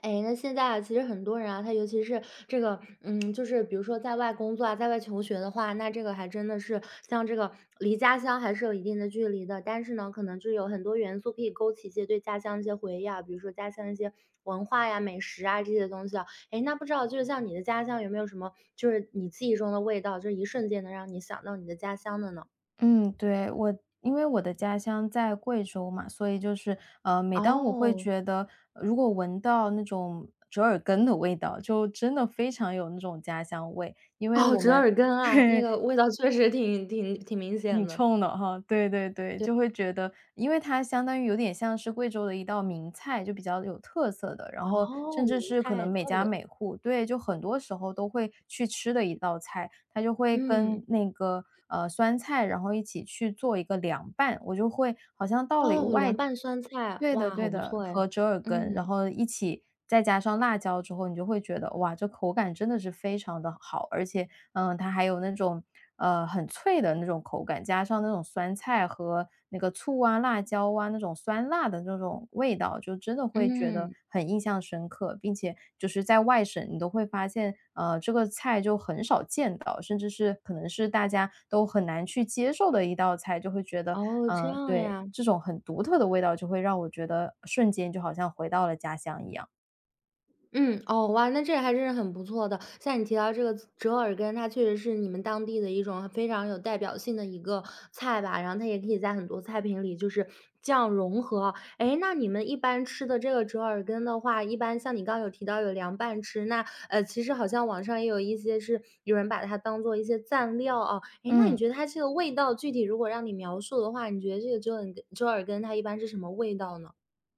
哎，那现在啊，其实很多人啊，他尤其是这个，就是比如说在外工作啊，在外求学的话，那这个还真的是像这个离家乡还是有一定的距离的。但是呢，可能就有很多元素可以勾起一些对家乡一些回忆啊，比如说家乡一些文化呀、美食啊这些东西啊。哎，那不知道就是像你的家乡有没有什么，就是你记忆中的味道，就是一瞬间能让你想到你的家乡的呢？嗯，对，我因为我的家乡在贵州嘛，所以就是，每当我会哦，觉得，如果闻到那种折耳根的味道，就真的非常有那种家乡味，因为哦，我折们 耳根 啊，那对，个味道确实挺明显挺的。冲的哈，对对对，就会觉得，因为它相当于有点像是贵州的一道名菜，就比较有特色的，然后哦，甚名至是可能菜，每怪不家得。每户，对，就很多时候都会去吃的一道菜，它就会嗯，跟那个酸菜，然后一起去做一个凉拌，我就会好像到了一个哦，凉外拌酸菜，对的哇，好对不的，错哎。和折耳根，然嗯，后一起再加上辣椒之后，你就会觉得，哇，这口感真的是非常的好。而且，嗯，它还有那种，很脆的那种口感，加上那种酸菜和那个醋啊、辣椒啊，那种酸辣的那种味道，就真的会觉得嗯，很印象深刻。并且就是在外省，你都会发现，这个菜就很少见到，甚至是可能是大家都很难去接受的一道菜，就会觉得哦，这嗯，样对，呀。这种很独特的味道就会让我觉得瞬间就好像回到了家乡一样。嗯，哦，哇，那这还真是很不错的。像你提到这个折耳根，它确实是你们当地的一种非常有代表性的一个菜吧，然后它也可以在很多菜品里就是这样融合。诶，那你们一般吃的这个折耳根的话，一般像你刚刚有提到有凉拌吃，那其实好像网上也有一些是有人把它当做一些蘸料啊。诶，那你嗯，觉得它这个味道具体如果让你描述的话，你觉得这个折耳根它一般是什么味道呢？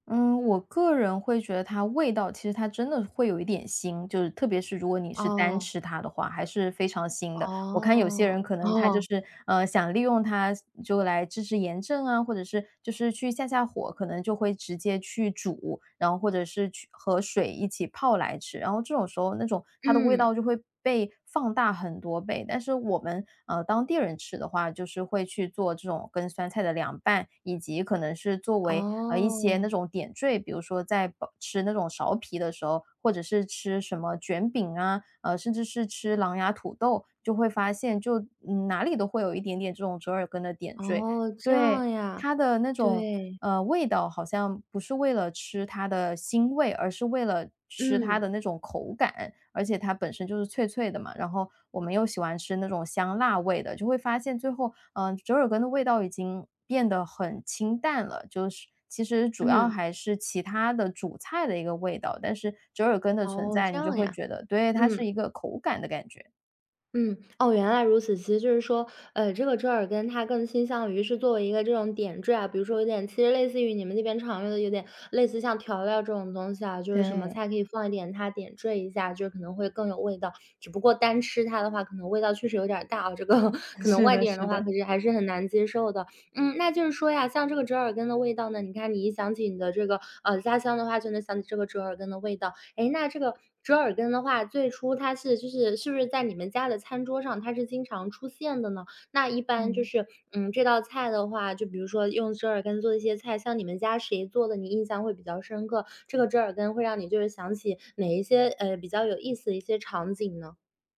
嗯，我个人会觉得它味道其实它真的会有一点腥，就是特别是如果你是单哦，吃它的话，还是非常腥的。我看有些人哦，可能他就哦，是，想利用它就来治治炎症啊，或者是就是去下下火，可能就会直接去煮，然后或者是去和水一起泡来吃。然后这种时候那种它的味嗯。道就会被放大很多倍。但是我们当地人吃的话，就是会去做这种跟酸菜的凉拌，以及可能是作为一些哦，那种点缀，比如说在包吃那种苕皮的时候，或者是吃什么卷饼啊，甚至是吃狼牙土豆，就会发现就嗯哪里都会有一点点这种折耳根的点缀。哦，这对，样呀，它的那种，对，味道好像不是为了吃它的腥味，而是为了吃它嗯，的那种口感，而且它本身就是脆脆的嘛，然后我们又喜欢吃那种香辣味的，就会发现最后，嗯、折耳根的味道已经变得很清淡了，就是其实主要嗯，还是其他的主菜的一个味道，但是折耳根的存哦，在，这你就样会呀，觉得，对，它是嗯。一个口感的感觉，嗯，哦，原来如此。其实就是说，这个折耳根它更倾向于是作为一个这种点缀啊，比如说有点，其实类似于你们那边常用的，有点类似像调料这种东西啊，就是什么对，菜可以放一点它点缀一下，就是可能会更有味道。只不过单吃它的话，可能味道确实有点儿大啊，这个 可能是外地的，人是的话，可的。是还是很难接受的。嗯，那就是说呀，像这个折耳根的味道呢，你看你一想起你的这个家乡的话，就能想起这个折耳根的味道。哎，那这个折耳根的话，最初就是是不是在你们家的餐桌上，它是经常出现的呢？那一般就嗯。是，嗯，这道菜的话，就比如说用折耳根做一些菜，像你们家谁做的你印象会比较深刻？这个折耳根会让你就是想起哪一些，比较有意思的一些场景呢？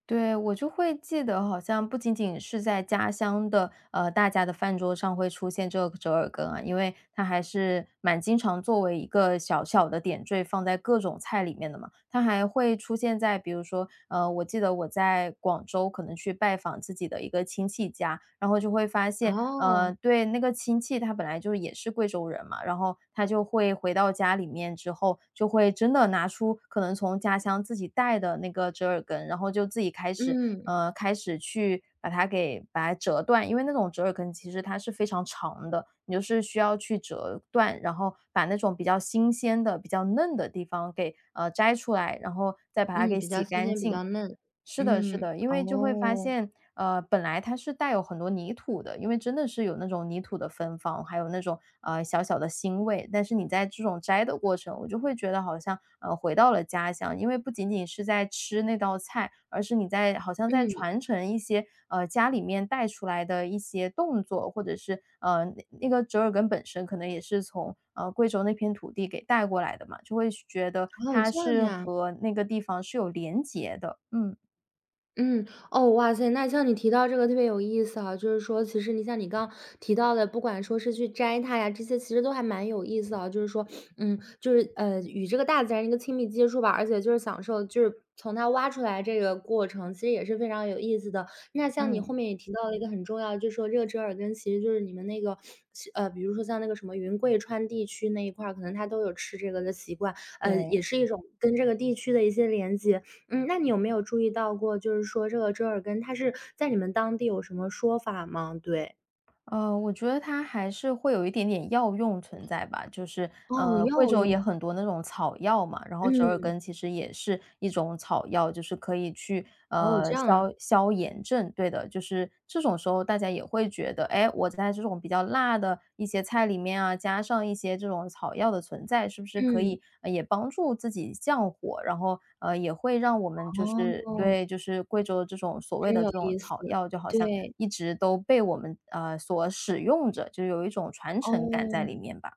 对，我就会记得好像不仅仅是在家乡的，大家的饭桌上会出现这个折耳根啊，因为它还是蛮经常作为一个小小的点缀放在各种菜里面的嘛。它还会出现在比如说，我记得我在广州可能去拜访自己的一个亲戚家，然后就会发现，哦，对，那个亲戚他本来就也是贵州人嘛，然后他就会回到家里面之后，就会真的拿出可能从家乡自己带的那个折耳根，然后就自己开始，嗯，开始去把它给折断。因为那种折耳根其实它是非常长的，你就是需要去折断，然后把那种比较新鲜的、比较嫩的地方给，摘出来，然后再把它嗯，给比较洗新干鲜，比净。较嫩。是的，是嗯，的，因为就会发哦，现，本来它是带有很多泥土的，因为真的是有那种泥土的芬芳，还有那种小小的腥味。但是你在这种摘的过程，我就会觉得好像回到了家乡，因为不仅仅是在吃那道菜，而是你在好像在嗯，传承一些家里面带出来的一些动作，或者是那个折耳根本身可能也是从贵州那片土地给带过来的嘛，就会觉得哦，它这样是呀。和那个地方是有连结的，嗯。嗯，哦，哇塞，那像你提到这个特别有意思啊，就是说，其实你像你刚刚提到的，不管说是去摘它呀，这些其实都还蛮有意思啊。就是说，就是与这个大自然一个亲密接触吧，而且就是享受，就是从它挖出来这个过程，其实也是非常有意思的。那像你嗯，后面也提到了一个很重要，就是说热折耳根其实就是你们那个比如说像那个什么云贵川地区那一块儿，可能它都有吃这个的习惯，也对，是一种跟这个地区的一些连接。嗯，那你有没有注意到过，就是说这个折耳根它是在你们当地有什么说法吗？对。我觉得它还是会有一点点药用存在吧，就是，哦，贵药州也用，很多那种草药嘛，然后折耳嗯，根其实也是一种草药，就是可以去，哦，这样啊，消消炎症。对的，就是这种时候大家也会觉得，哎，我在这种比较辣的一些菜里面啊，加上一些这种草药的存在，是不是可嗯，以，也帮助自己降火，然后，也会让我们就是哦，对，就是贵州这种所谓真的有这种意思，草药，就好像对，一直都被我们，所使用着，就有一种传承感在哦。里面吧。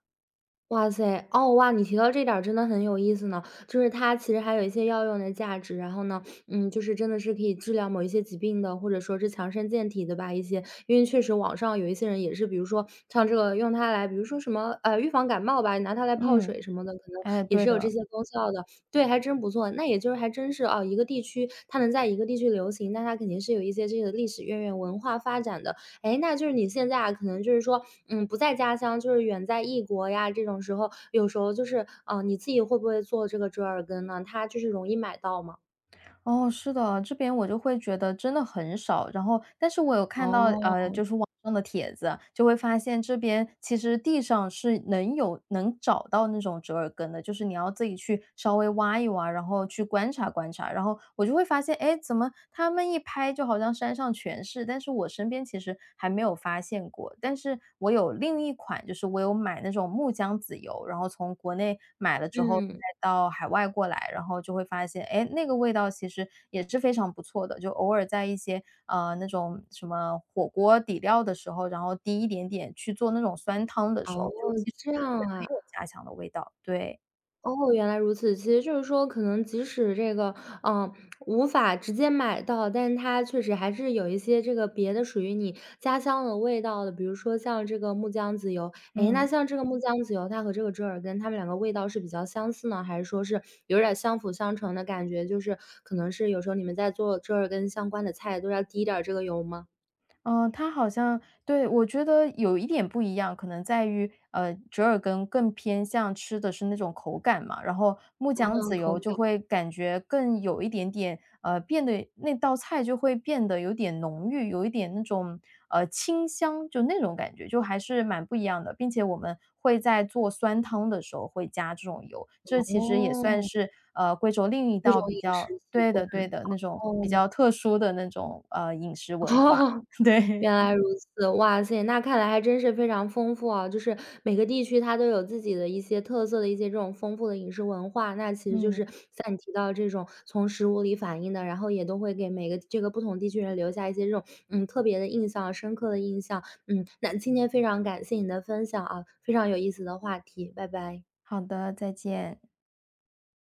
哇塞，哦，哇，你提到这点儿真的很有意思呢，就是它其实还有一些药用的价值，然后呢，就是真的是可以治疗某一些疾病的，或者说是强身健体的吧，一些，因为确实网上有一些人也是，比如说像这个用它来，比如说什么，预防感冒吧，拿它来泡嗯，水什么的，可能哎，也对是有这的。些功效的，对，还真不错。那也就是还真是啊，一个地区它能在一个地区流行，那它肯定是有一些这个历史渊源、文化发展的，哎，那就是你现在啊，可能就是说，不在家乡，就是远在异国呀，这种时候，有时候就是，你自己会不会做这个折耳根呢？它就是容易买到吗？哦，是的，这边我就会觉得真的很少，然后但是我有看到，哦，就是网上的帖子，就会发现这边其实地上是能找到那种折耳根的，就是你要自己去稍微挖一挖，然后去观察观察，然后我就会发现，哎，怎么他们一拍就好像山上全是，但是我身边其实还没有发现过，但是我有另一款，就是我有买那种木姜子油，然后从国内买了之后。嗯，到海外过来，然后就会发现，哎，那个味道其实也是非常不错的，就偶尔在一些，那种什么火锅底料的时候，然后滴一点点去做那种酸汤的时候，哦，就其实这样也啊。很有家乡的味道，对，哦，原来如此。其实就是说，可能即使这个，嗯，无法直接买到，但是它确实还是有一些这个别的属于你家乡的味道的，比如说像这个木姜子油。哎，那嗯。像这个木姜子油，它和这个折耳根，它们两个味道是比较相似呢，还是说是有点儿相辅相成的感觉？就是可能是有时候你们在做折耳根相关的菜，都要滴一点儿这个油吗？嗯，它好像对，我觉得有一点不一样，可能在于，折耳根更偏向吃的是那种口感嘛，然后木姜嗯，子口油就感，会感觉更有一点点，变得那道菜就会变得有点浓郁，有一点那种，清香，就那种感觉，就还是蛮不一样的。并且我们会在做酸汤的时候会加这种油，这其实也算哦，是，贵州另一一种道比饮较食习对惯，的对的，那种比哦。较特殊的那种，饮食 文化。哦。原对。来如此，哇塞，那看来还真是非常丰富啊！就是每个地区它都有自己的一些特色的一些这种丰富的饮食文化，那其实就嗯，是像你提到这种从食物里反映的，然后也都会给每个这个不同地区人留下一些这种特别的印象、深刻的印象。嗯，那今天非常感谢你的分享啊，非常有意思的话题，拜拜。好的，再见。